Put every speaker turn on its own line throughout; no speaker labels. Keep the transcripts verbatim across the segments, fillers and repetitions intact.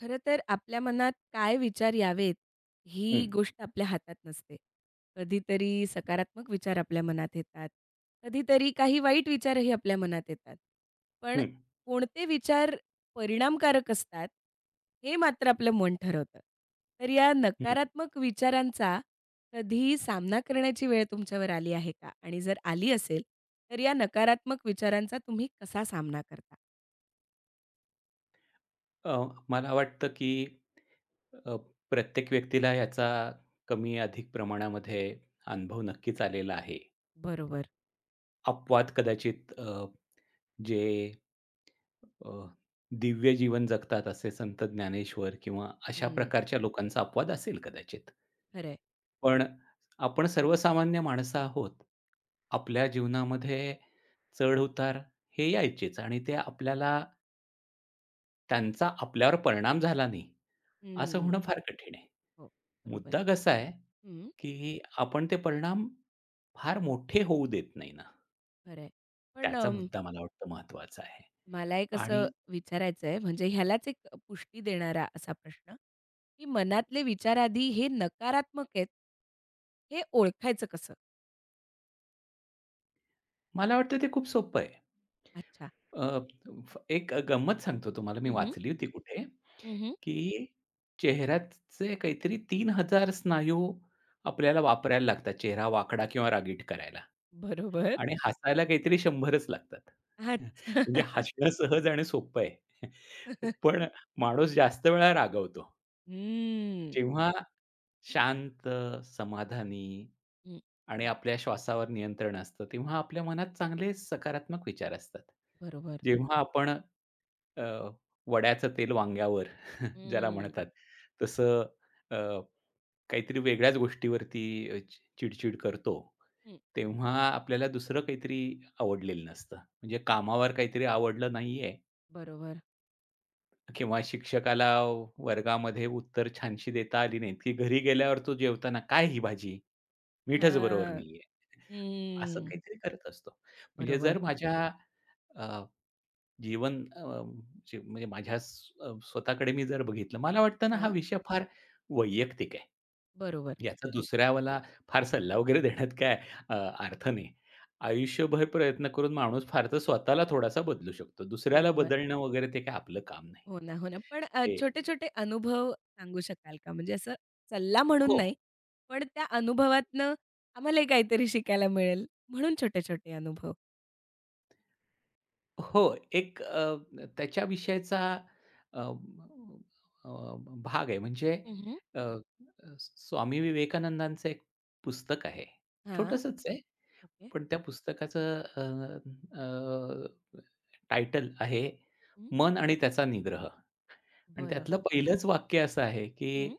खरं तर आपल्या मनात काय विचार यावेत,
हं,
ही गोष्ट आपल्या हातात नसते. कधीतरी सकारात्मक विचार आपल्या मनात येतात. कधीतरी काही वाईट विचारही आपल्या मनात येतात. पण
हं,
कोणते विचार परिणामकारक असतात, हे मात्र आपलं मन ठरवतं. तर या
हं.
नकारात्मक विचारांचा कधीही सामना करण्याची वेळ तुमच्यावर आली आहे का? आणि जर आली असेल, तर या नकारात्मक विचारांचा तुम्ही कसा सामना करता?
अ, मला वाटतं की अ, प्रत्येक व्यक्तीला याचा कमी-अधिक प्रमाणामध्ये अनुभव नक्कीच आलेला आहे.
बरोबर.
अपवाद कदाचित अ, जे अ, दिव्य जीवन जगतात असे संत ज्ञानेश्वर किंवा अशा
हं,
प्रकारच्या लोकांचा अपवाद असेल कदाचित.
खरं आहे.
पण आपण सर्वसामान्य माणसं आहोत. आपल्या जीवनामध्ये चढ-उतार हे यायचेच आणि ते आपल्याला त्यांचा आपल्यावर परिणाम झाला नाही असं होणं फार कठीण आहे.
हो, बरोबर
मुद्दा कसा आहे,
आहे. हं,
की आपण ते परिणाम फार मोठे होऊ देत नाही ना.
खरं आहे. पण
त्याचा
अं,
मुद्दा मला वाटतं महत्त्वाचा आहे
मला एक
आणि
असं विचारायचं आहे, म्हणजे ह्यालाच एक पुष्टी देणारा असा प्रश्न, की मनातले विचार आधी हे नकारात्मक आहेत, हे ओळखायचं कसं?
मला वाटतं ते खूप सोपं आहे.
अच्छा.
अ, फ एक गंमत सांगतो तुम्हाला. मी
हं, हं.
वाचली होती कुठे, की चेहऱ्याचे काहीतरी तीन हजार स्नायू आपल्याला वापरायला लागतात, चेहरा वाकडा किंवा रागीट करायला.
बरोबर.
आणि हसायला काहीतरी 100च लागतात.
अच्छा.
म्हणजे हसणं सहज आणि सोपं आहे. पण माणूस जास्त वेळा रागवतो.
हम्म.
जेव्हा शांत, समाधानी
हं.
आणि आपल्या श्वासावर नियंत्रण असतं, तेव्हा आपल्या मनात चांगले सकारात्मक विचार असतात.
बरोबर.
जेव्हा आपण अ, वड्याचं तेल वांग्यावर ज्याला
हं,
म्हणतात, तसं अ, काहीतरी वेगळ्याच गोष्टीवरती अ, चि चिड करतो,
हं.
तेव्हा आपल्याला दुसरं काहीतरी आवडलेलं नसतं. म्हणजे कामावर काहीतरी आवडलं नाहीये
बरोबर.
किंवा शिक्षकाला वर्गामध्ये उत्तर छानशी देता आली नाहीत, की घरी गेल्यावर तो जेवताना, "काय ही भाजी? मीठच बरोबर
हां.
नाहीये." असं
हं.
काहीतरी करत असतो. म्हणजे जर
बरोबर.
माझ्या अ, जीवन अ, जे म्हणजे माझ्या स्व स्वतःकडे मी जर बघितलं, मला वाटतं ना हा
हां.
विषय फार वैयक्तिक आहे.
बरोबर.
याचा
हं.
दुसऱ्याला फार सल्ला वगैरे देण्यात काय अ, अर्थ नाही. आयुष्यभर प्रयत्न करून माणूस फार तर स्वतःला थोडासा बदलू शकतो. दुसऱ्याला
बरोबर.
बदलणं वगैरे ते काय आपलं काम नाही.
हो ना, हो ना. पण अ,
ते
छोटे-छोटे अनुभव सांगू शकाल का? म्हणजे असं सल्ला म्हणून
हो.
नाही, पण त्या अनुभवातनं आम्हालाही काहीतरी शिकायला मिळेल म्हणून छोटे-छोटे अनुभव.
हो, एक अ, त्याच्या विषयाचा अ, अ, भाग आहे. म्हणजे
हं, हं.
अ, हं. स्वामी विवेकानंदांचं एक पुस्तक आहे.
हां.
छोटंसंच आहे,
ओके.
पण त्या पुस्तकाचं अ, अ, टायटल आहे
हं.
"मन आणि त्याचा निग्रह." आणि
बरं.
त्यातलं पहिलंच वाक्य असं आहे, की
हं.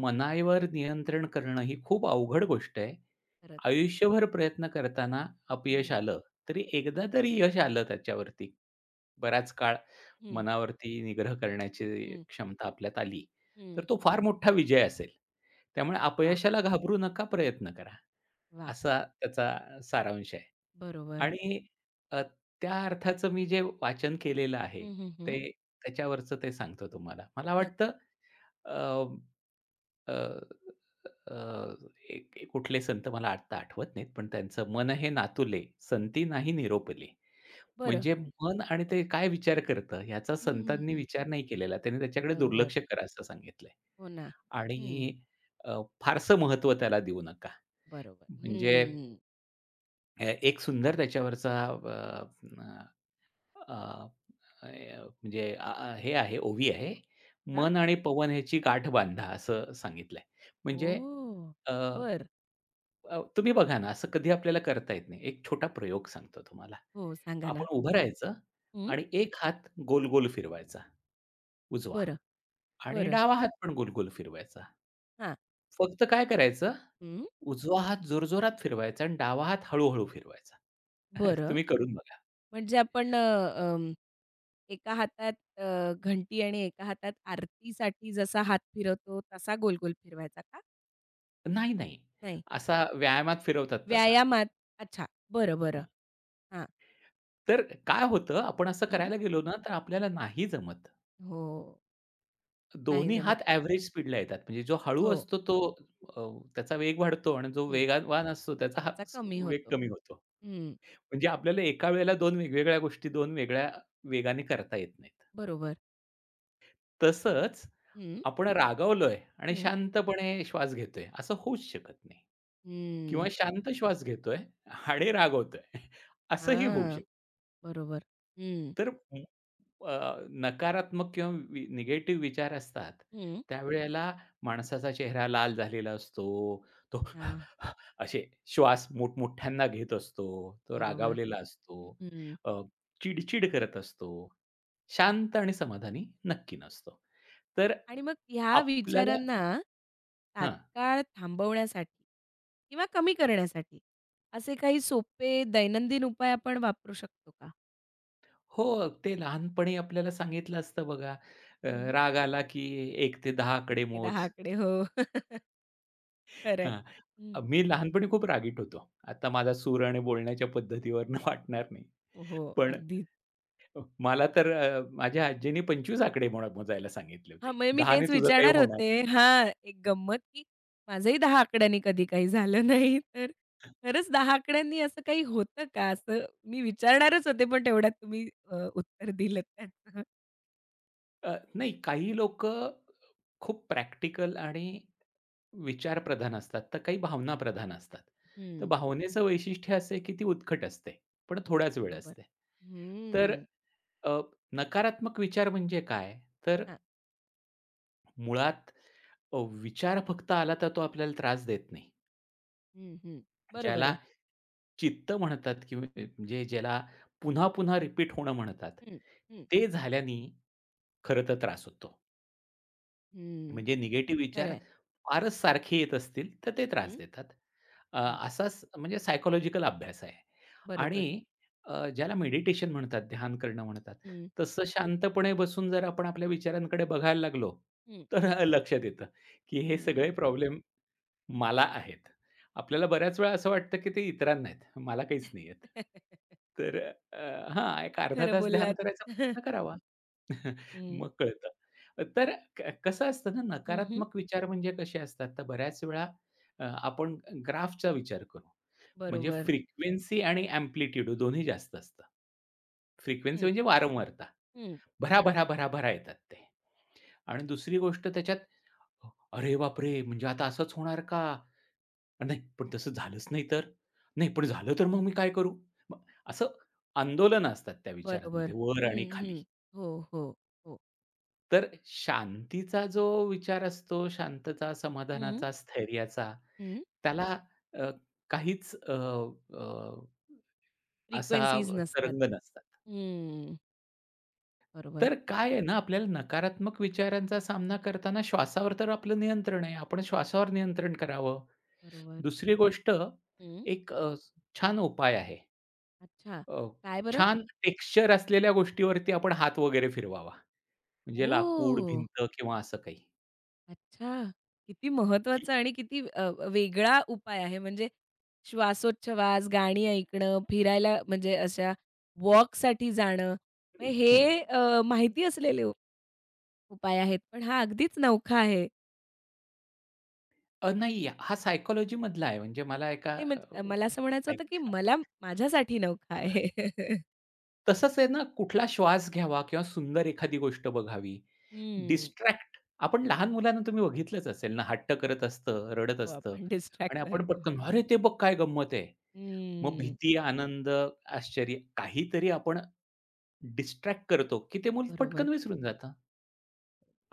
मनाईवर नियंत्रण करणं ही खूप अवघड गोष्ट आहे.
परत.
आयुष्यभर प्रयत्न करताना अपयश
हं,
आलं, तरी एकदा तरी यश आलं त्याच्यावरती. बराच काळ
हं,
मनावरती निग्रह करण्याची
हं,
क्षमता आपल्यात आली, तर
हं.
तो फार मोठा विजय असेल. त्यामुळे
वाह!
अपयशाला घाबरू नका, प्रयत्न करा.
वाह!
असा त्याचा सारांश आहे.
बरोबर.
आणि अ, त्या अर्थाचं मी जे वाचन केलेलं आहे,
हं, हं, हं.
ते त्याच्यावरचं ते सांगतो तुम्हाला. मला
नक्की.
वाटतं अ, अ, अ, एक एक कुठले संत मला आत्ता आठवत नाहीत, पण त्यांचं "मन हे नातुले, संती नाही निरोपले."
बरं.
म्हणजे मन आणि ते काय विचार करतं, ह्याचा
हं, हं,
संतांनी
हं.
विचार नाही केलेला. त्यांनी त्याच्याकडे
बरोबर.
दुर्लक्ष करा असं सांगितलंय.
हो ना. हं.
आणि अ, फारसं महत्त्व त्याला देऊ नका.
बरोबर.
म्हणजे
हं.
अ, एक सुंदर त्याच्यावरचा अ, अय, म्हणजे अ, अ, हे आहे, ओवी आहे.
हां.
"मन आणि पवन ह्याची गाठ बांधा" असं सांगितलंय. म्हणजे
ओह!
अ,
बरं.
अ, तुम्ही बघा ना, असं कधी आपल्याला करता येत नाही. एक छोटा प्रयोग सांगतो तुम्हाला.
हो, सांगा
आपण
ना.
उभं राहायचं
हं.
आणि एक हात गोल-गोल फिरवायचा उजवा
बरं,
आणि
बरं.
डावा हात पण गोल-गोल फिरवायचा.
हां.
फक्त काय करायचं,
हं.
उजवा हात जोरजोरात फिरवायचा आणि डावा हात हळू फिरवायचा.
बरं.
तुम्ही करून बघा.
म्हणजे आपण अ, अं, एका हातात अ, घंटी आणि एका हातात आरतीसाठी जसा हात फिरवतो तसा गोल-गोल फिरवायचा का?
नाही, नाही.
नाही.
असा व्यायामात फिरवतात तसा.
व्यायामात अच्छा. बरं, बरं. हां.
तर काय होतं, आपण असं
हं.
करायला गेलो ना, तर आपल्याला नाही जमत.
हो. नाही
दोन्ही
जमत.
हात एव्हरेज स्पीडला येतात. म्हणजे जो हळू
हो.
असतो तो अ, त्याचा वेग वाढतो आणि जो
हं.
वेगवान असतो त्याचा हा
त्याचा
स-
कमी
वेग
होतो.
कमी होतो.
हं.
म्हणजे आपल्याला एका वेळेला दोन वेगवेगळ्या गोष्टी दोन वेगळ्या वेगाने करता येत नाहीत.
बरोबर.
तसंच
हं.
आपण रागावलोय आणि
हं.
शांतपणे श्वास घेतोय, असं होऊच शकत नाही किंवा
हं.
शांत श्वास घेतोय आणि रागावतोय, असंही होऊ
हां.
शकत.
बरोबर. हं.
तर म अ, नकारात्मक किंवा निगेटिव्ह विचार असतात,
हं.
त्यावेळेला माणसाचा चेहरा लाल झालेला असतो. तो
हां.
असे श्वास मोठमोठ्यांना घेत असतो. तो
बरोबर.
रागावलेला असतो.
हं.
अ, चिड-चिड करत असतो. शांत आणि समाधानी नक्की नसतो. तर
आणि मग ह्या
आपल्याला
विचारांना
हां.
तात्काळ थांबवण्यासाठी किंवा कमी करण्यासाठी असे काही सोपे दैनंदिन उपाय आपण वापरू शकतो का?
हो, ते लहानपणी आपल्याला सांगितलं असतं बघा, अ,
हं.
राग आला की एक ते दहा
एक ते दहा
मोज.
आकडे हो, खरं आहे.
हां. अ,
हं.
मी लहानपणी खूप रागीट होतो. आता माझा सूर आणि बोलण्याच्या पद्धतीवरून वाटणार नाही.
हो,
पण
अगदी.
अ, मला तर अ, माझ्या आजीने पंचवीस आकडे मोड मोजायला सांगितले
हां,
होते.
म्हणजे मी
दहा ने
तेच
तुझं काही
विचारणार
होणार.
होते. हां, एक गंमत की माझंही दहा आकड्यांनी कधी काही झालं नाही. तर खरंच दहा आकड्यांनी असं काही होतं का? असं मी विचारणारच होते, पण तेवढ्यात तुम्ही अ, उत्तर दिलंत त्याचं.
अ, नाही, काही लोकं खूप प्रॅक्टिकल आणि विचारप्रधान असतात, तर काही भावनाप्रधान असतात. तर
हं,
भावनेचं वैशिष्ट्य असं आहे की ती उत्कट असते, पण थोडाच वेळ
बरोबर.
असते. तर
हम्म.
अ, नकारात्मक विचार म्हणजे काय? तर
हां.
मुळात अ, विचार फक्त आला तर तो आपल्याला त्रास देत नाही.
हं, हं. बरोबर
ज्याला
आहे.
चित्त म्हणतात किंवा म्हणजे ज्याला पुन्हा-पुन्हा रिपीट होणं म्हणतात.
हं, हं,
ते झाल्याने खरं तर त्रास होतो.
हं.
म्हणजे निगेटिव्ह
खरं
विचार
आहे.
फारच सारखे येत असतील, तर ते त्रास
हं,
देतात. अ,
हं.
असाच म्हणजे सायकॉलॉजिकल अभ्यास आहे.
बरोबर.
आणि अ, ज्याला मेडिटेशन म्हणतात, ध्यान करणं म्हणतात.
हं,
तसं शांतपणे बसून जर आपण आपल्या विचारांकडे बघायला लागलो,
हं,
तर लक्षात येतं, की हे
हं.
सगळे प्रॉब्लेम मला आहेत. आपल्याला बऱ्याच वेळा असं वाटतं, की ते इतरांना आहेत. मला काहीच नाही आहेत. तर अ, हां, एक
किती
अर्धा
खरं
तास ध्यान
बोललात.
करायचा प्रयत्न करावा.
हं.
मग कळतं. तर क कसं असतं ना,
हं, हं.
नकारात्मक विचार म्हणजे कसे असतात, तर बऱ्याच वेळा अ, आपण ग्राफचा विचार करू. म्हणजे
बरोबर.
फ्रिक्वेन्सी आणि एम्प्लिट्यूड दोन्ही जास्त असतं. फ्रिक्वेन्सी
हं,
म्हणजे वारंवारता.
हं.
भरा, भरा, भरा, भरा येतात ते. आणि दुसरी गोष्ट त्याच्यात अरे बापरे! म्हणजे आता असंच होणार का? नाही, पण तसं झालंच नाही तर? नाही, पण झालं तर मग मी काय करू? मग असं आंदोलनं असतात त्या विचारांमध्ये
बरोबर.
वर आणि
हं,
खाली.
हं. हो, हो, हो.
तर शांतीचा जो विचार असतो, शांतता,
हं,
समाधानाचा, स्थैर्याचा,
हं.
त्याला अ, काहीच अ, अ, असा
फ्रिक्वेन्सीज नसतात.
तरंग नसतात.
हं. बरोबर,
तर काय आहे ना, आपल्याला नकारात्मक विचारांचा सामना करताना श्वासावर तर आपलं नियंत्रण आहे. आपण श्वासावर नियंत्रण करावं.
बरोबर.
दुसरी गोष्ट
हं.
एक अ, छान उपाय आहे.
अच्छा.
अ,
काय बरं?
छान टेक्स्चर असलेल्या गोष्टीवरती आपण हात वगैरे फिरवावा. म्हणजे लाकूड,
ओह!
भिंत किंवा असं काही.
अच्छा. किती
की
महत्वाचा आणि किती अ, वेगळा उपाय आहे म्हणजे श्वासोच्छवास, गाणी ऐकणं, फिरायला म्हणजे अशा वॉकसाठी जाणं, म्हणजे
हं.
हे अ, माहिती असलेले उ- उपाय आहेत. पण हा अगदीच नवखा आहे.
अ, नाही, हा सायकॉलॉजी मधला आहे. म्हणजे मला एका
नाही
अ,
म्हणजे मला असं म्हणायचं
सायक
होतं, की मला माझ्यासाठी नवखा आहे.
तसंच आहे ना, कुठला श्वास घ्यावा किंवा सुंदर एखादी गोष्ट बघावी.
हं.
डिस्ट्रॅक्ट आपण लहान मुलांना तुम्ही बघितलंच असेल ना, हट्ट
हो.
करत असतं, रडत
हो,
असतं
आपण डिस्ट्रॅक्ट
आणि आपण
करतो.
पटकन, "अरे, ते बघ काय गंमत आहे." मग
हं.
भीती, आनंद, आश्चर्य काहीतरी आपण डिस्ट्रॅक्ट करतो, की ते मूल
बरोबर.
पटकन विसरून जातं.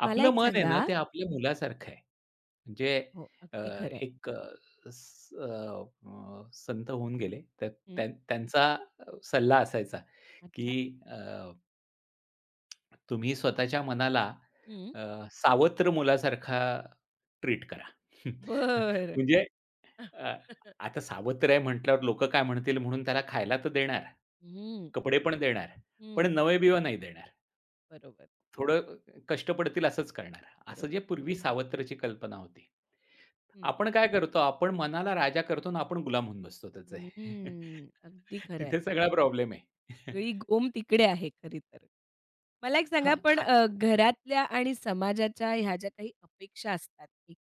मला
आपलं
एक
मन आहे ना,
सांगा
ते आपल्या मुलासारखं आहे. म्हणजे
हो,
अ,
अगदी खरं आहे.
एक अ, स अ, अ, संत होऊन गेले. तर त्यां त्यांचा अ, सल्ला असायचा, की
अच्छा.
अ, तुम्ही स्वतःच्या मनाला
हं.
अ, सावत्र मुलासारखा ट्रीट करा.
बरं.
म्हणजे अ, आता सावत्र आहे म्हटल्यावर लोकं काय म्हणतील म्हणून त्याला खायला तर देणार.
हं,
कपडे पण देणार.
हं.
पण नवे-बिवे नाही देणार.
बरोबर,
थोडं कष्ट पडतील असंच करणार. असं
बरोबर.
जे पूर्वी सावत्रची कल्पना होती.
हं.
आपण काय करतो, आपण मनाला राजा करतो आणि आपण गुलाम होऊन बसतो त्याचे.
हं, अगदी खरं
तिथे सगळा प्रॉब्लेम आहे.
सगळी गोम तिकडे आहे खरी तर. मला एक
हां,
सांगा पण
खा
अ, घरातल्या आणि समाजाच्या ह्या ज्या काही अपेक्षा असतात एक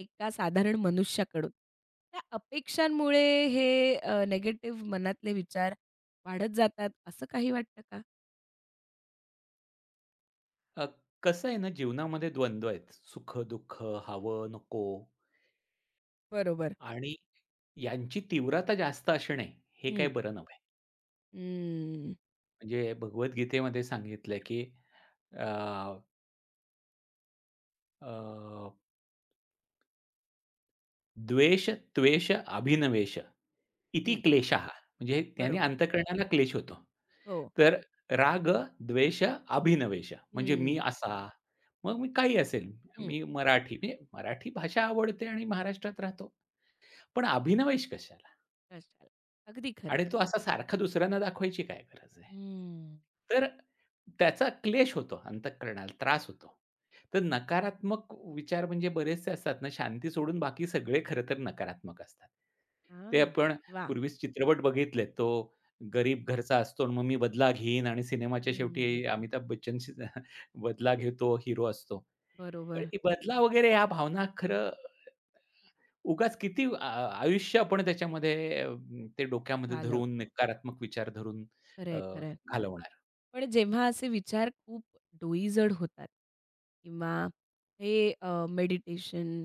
एका साधारण मनुष्याकडून, त्या अपेक्षांमुळे हे अ, मनातले विचार वाढत जातात असं काही वाटतं का?
अ, कसं आहे ना, जीवनामध्ये द्वंद्व आहेत. सुख-दुःख, हवं, नको
बरोबर.
आणि यांची तीव्रता जास्त असणे हे काही
हं,
बरं नव्हे.
हं,
म्हणजे भगवद्गीतेमध्ये सांगितलं की अ, अ, द्वेष, त्वेष, अभिनवेश इति
हं.
क्लेशः म्हणजे त्याने
बरोबर.
अंतःकरणाला क्लेश होतो.
हो.
तर राग, द्वेष, अभिनवेश म्हणजे मी
हं,
असा, मग मी काही असेल,
हं.
मी मराठी म्हणजे मराठी भाषा आवडते आणि महाराष्ट्रात राहतो. पण अभिनवेश कशाला?
कशाला? अगदी
आणि
खरं
तो असा सारखा दुसऱ्यांना दाखवायची काय गरज आहे?
हं.
तर त्याचा क्लेश होतो अंतःकरणाला, त्रास होतो. तर नकारात्मक विचार म्हणजे बरेचसे असतात ना, शांती सोडून बाकी सगळे खरं तर नकारात्मक असतात. ते
हां.
आपण
वाह!
पूर्वीच चित्रपट बघितलेत. तो गरीब घरचा असतो आणि मग मी बदला घेईन आणि
हं,
सिनेमाच्या
हं, हं.
शेवटी अमिताभ बच्चनशी बदला घेतो, हिरो असतो. पण
बरोबर.
हे बदला वगैरे ह्या भावना खरं उगाच किती आ आयुष्य आपण त्याच्यामध्ये अ, ते डोक्यामध्ये धरून,
घालवतो.
नकारात्मक विचार धरून
खरं
अ,
आहे,
घालवणार.
पण जेव्हा असे विचार खूप डोईजड होतात किंवा हे अ, मेडिटेशन,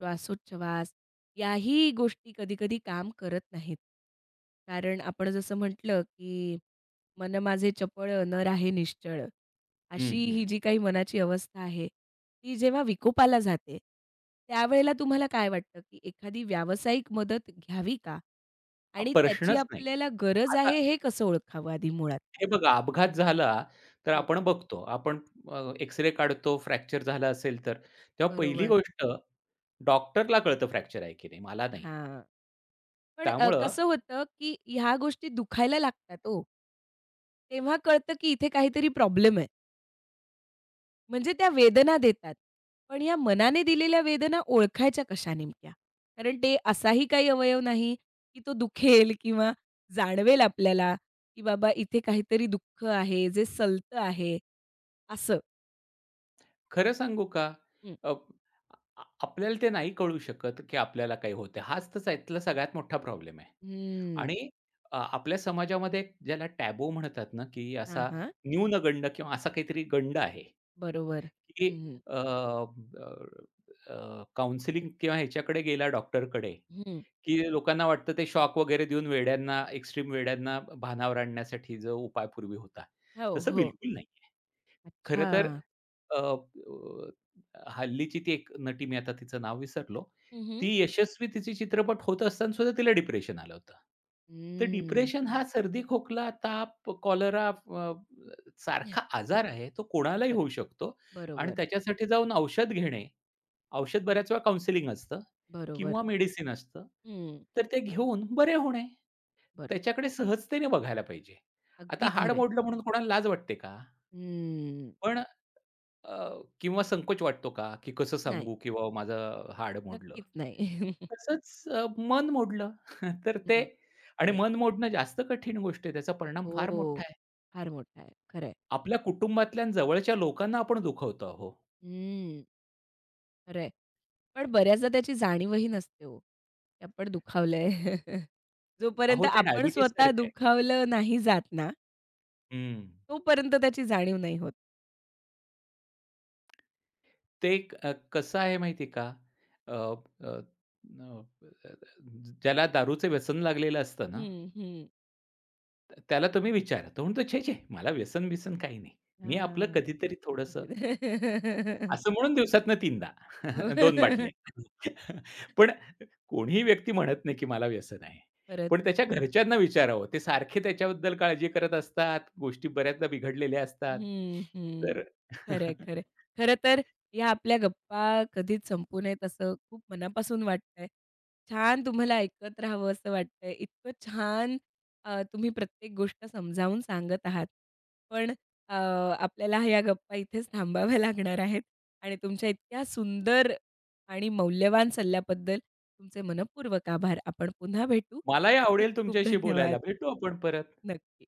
श्वासोच्छवास याही गोष्टी कधी-कधी काम करत नाहीत. कारण आपण जसं म्हटलं, की "मन माझे चपळ, न राहे निश्चळ."
हं,
अशी
हं.
ही जी काही मनाची अवस्था आहे, ती जेव्हा विकोपाला जाते, त्यावेळेला तुम्हाला काय वाटतं, की एखादी व्यावसायिक मदत घ्यावी का?
हा
आणि त्याची
प्रश्नच नाही.
आपल्याला गरज
आता
आहे, हे कसं ओळखावं आधी मुळात?
हे बघा अपघात झाला, तर आपण बघतो. आपण अ, एक्स-रे काढतो, फ्रॅक्चर झाला असेल तर. तेव्हा पहिली
बरोबर.
गोष्ट डॉक्टरला कळतं फ्रॅक्चर आहे की नाही, मला नाही.
हां. पण अ,
त्यामुळं
कसं होतं, की ह्या गोष्टी दुखायला लागतात ओ. तेव्हा कळतं, की इथे काहीतरी प्रॉब्लेम आहे. म्हणजे त्या वेदना देतात. पण या मनाने दिलेल्या वेदना ओळखायच्या कशा नेमक्या? कारण ते असाही काही अवयव नाही, की तो दुखेल किंवा जाणवेल आपल्याला, की बाबा इथे काहीतरी दुःख आहे, जे सलतं आहे, असं.
खरं सांगू का,
हं.
अ, आ- आपल्याला ते नाही कळू शकत, की आपल्याला काही होतंय. हाच तर त्यातला सगळ्यात मोठा प्रॉब्लेम आहे.
हं.
आणि अ, आपल्या समाजामध्ये एक ज्याला टॅबू म्हणतात ना, की
हां,
असा
हां.
न्यूनगंड किंवा असा काहीतरी गंड आहे,
बरोबर.
की
हं, हं.
अ, अ, काउन्सिलिंग किंवा ह्याच्याकडे गेला डॉक्टरकडे,
हं.
की लोकांना वाटतं ते शॉक वगैरे देऊन वेड्यांना, एक्स्ट्रीम वेड्यांना भानावर आणण्यासाठी जो उपाय पूर्वी होता,
हो,
तसं
हो.
बिलकुल नाही. खरं
अच्छा.
तर अ, अ, हल्लीची ती एक नटी, मी आता तिचं नाव विसरलो.
हं, हं.
ती यशस्वी, तिचे चित्रपट होत असताना सुद्धा तिला डिप्रेशन आलं होतं. तर
हम्म.
डिप्रेशन हा सर्दी, खोकला, ताप, कॉलरा अ, सारखा आजार आहे. तो कोणालाही
खरंय.
होऊ शकतो आणि
बरोबर,
त्याच्यासाठी जाऊन औषध घेणे, औषध बऱ्याच वेळा काउंसलिंग असतं
बरोबर.
किंवा मेडिसिन असतं.
हं,
तर ते घेऊन बरे होणे.
बरोबर.
त्याच्याकडे सहजतेने बघायला पाहिजे. आता
अगदी
हाड
खरंय.
मोडलं म्हणून कोणाला लाज वाटते का?
हं.
पण अ, किंवा संकोच वाटतो का, की कसं
नाही,
सांगू की बाबा माझं हाड मोडलं.
नक्कीच नाही.
तसंच अ, मन मोडलं. तर ते
हं,
आणि
खरंय.
मन मोडणं जास्त कठीण गोष्ट आहे. त्याचा परिणाम फार मोठा
हो.
आहे.
फार मोठा आहे. खरंय.
आपल्या कुटुंबातल्या आणि जवळच्या लोकांना आपण दुखवतो अहो.
हं, खरंय. पण बऱ्याचदा त्याची जाणीवही नसते हो, की आपण दुखावलंय. जोपर्यंत
अहो, ते
आपण
डायबिटीज
स्वतः
सारखं आहे.
दुखावलं नाही जात ना,
हं.
तोपर्यंत त्याची जाणीव नाही होत.
ते क- अ, कसं आहे, माहिती का? अ, अ, अ, ज्याला दारूचं व्यसन लागलेलं असतं ना,
हं, हं.
त- त्याला तुम्ही विचारा. तो म्हणतो, "छे, छे, मला व्यसन-बिसन काही नाही. मी आपलं
हां.
कधीतरी थोडंसं." असं म्हणून दिवसातनं तीनदा दोन बाटल्या. पण कोणीही व्यक्ती म्हणत नाही, की मला व्यसन आहे.
खरंच.
पण त्याच्या घरच्यांना विचारावं. ते सारखे त्याच्याबद्दल काळजी करत असतात. गोष्टी बऱ्याचदा बिघडलेल्या असतात.
हं, हं.
तर
खरंय, खरंय. खरं तर या आपल्या गप्पा कधीच संपू नयेत असं खूप मनापासून वाटतंय. छान तुम्हाला ऐकत राहावं असं वाटतंय. इतकं छान अ, तुम्ही प्रत्येक गोष्ट समजावून सांगत आहात. पण अ, आपल्याला ह्या गप्पा इथेच थांबाव्या लागणार आहेत आणि तुमच्या इतक्या सुंदर आणि मौल्यवान सल्ल्याबद्दल तुमचे मनःपूर्वक आभार. आपण पुन्हा भेटू.
मलाही
खूप
आवडेल
खूप
तुमच्याशी
धन्यवाद.
बोलायला. भेटू आपण परत.
नक्की.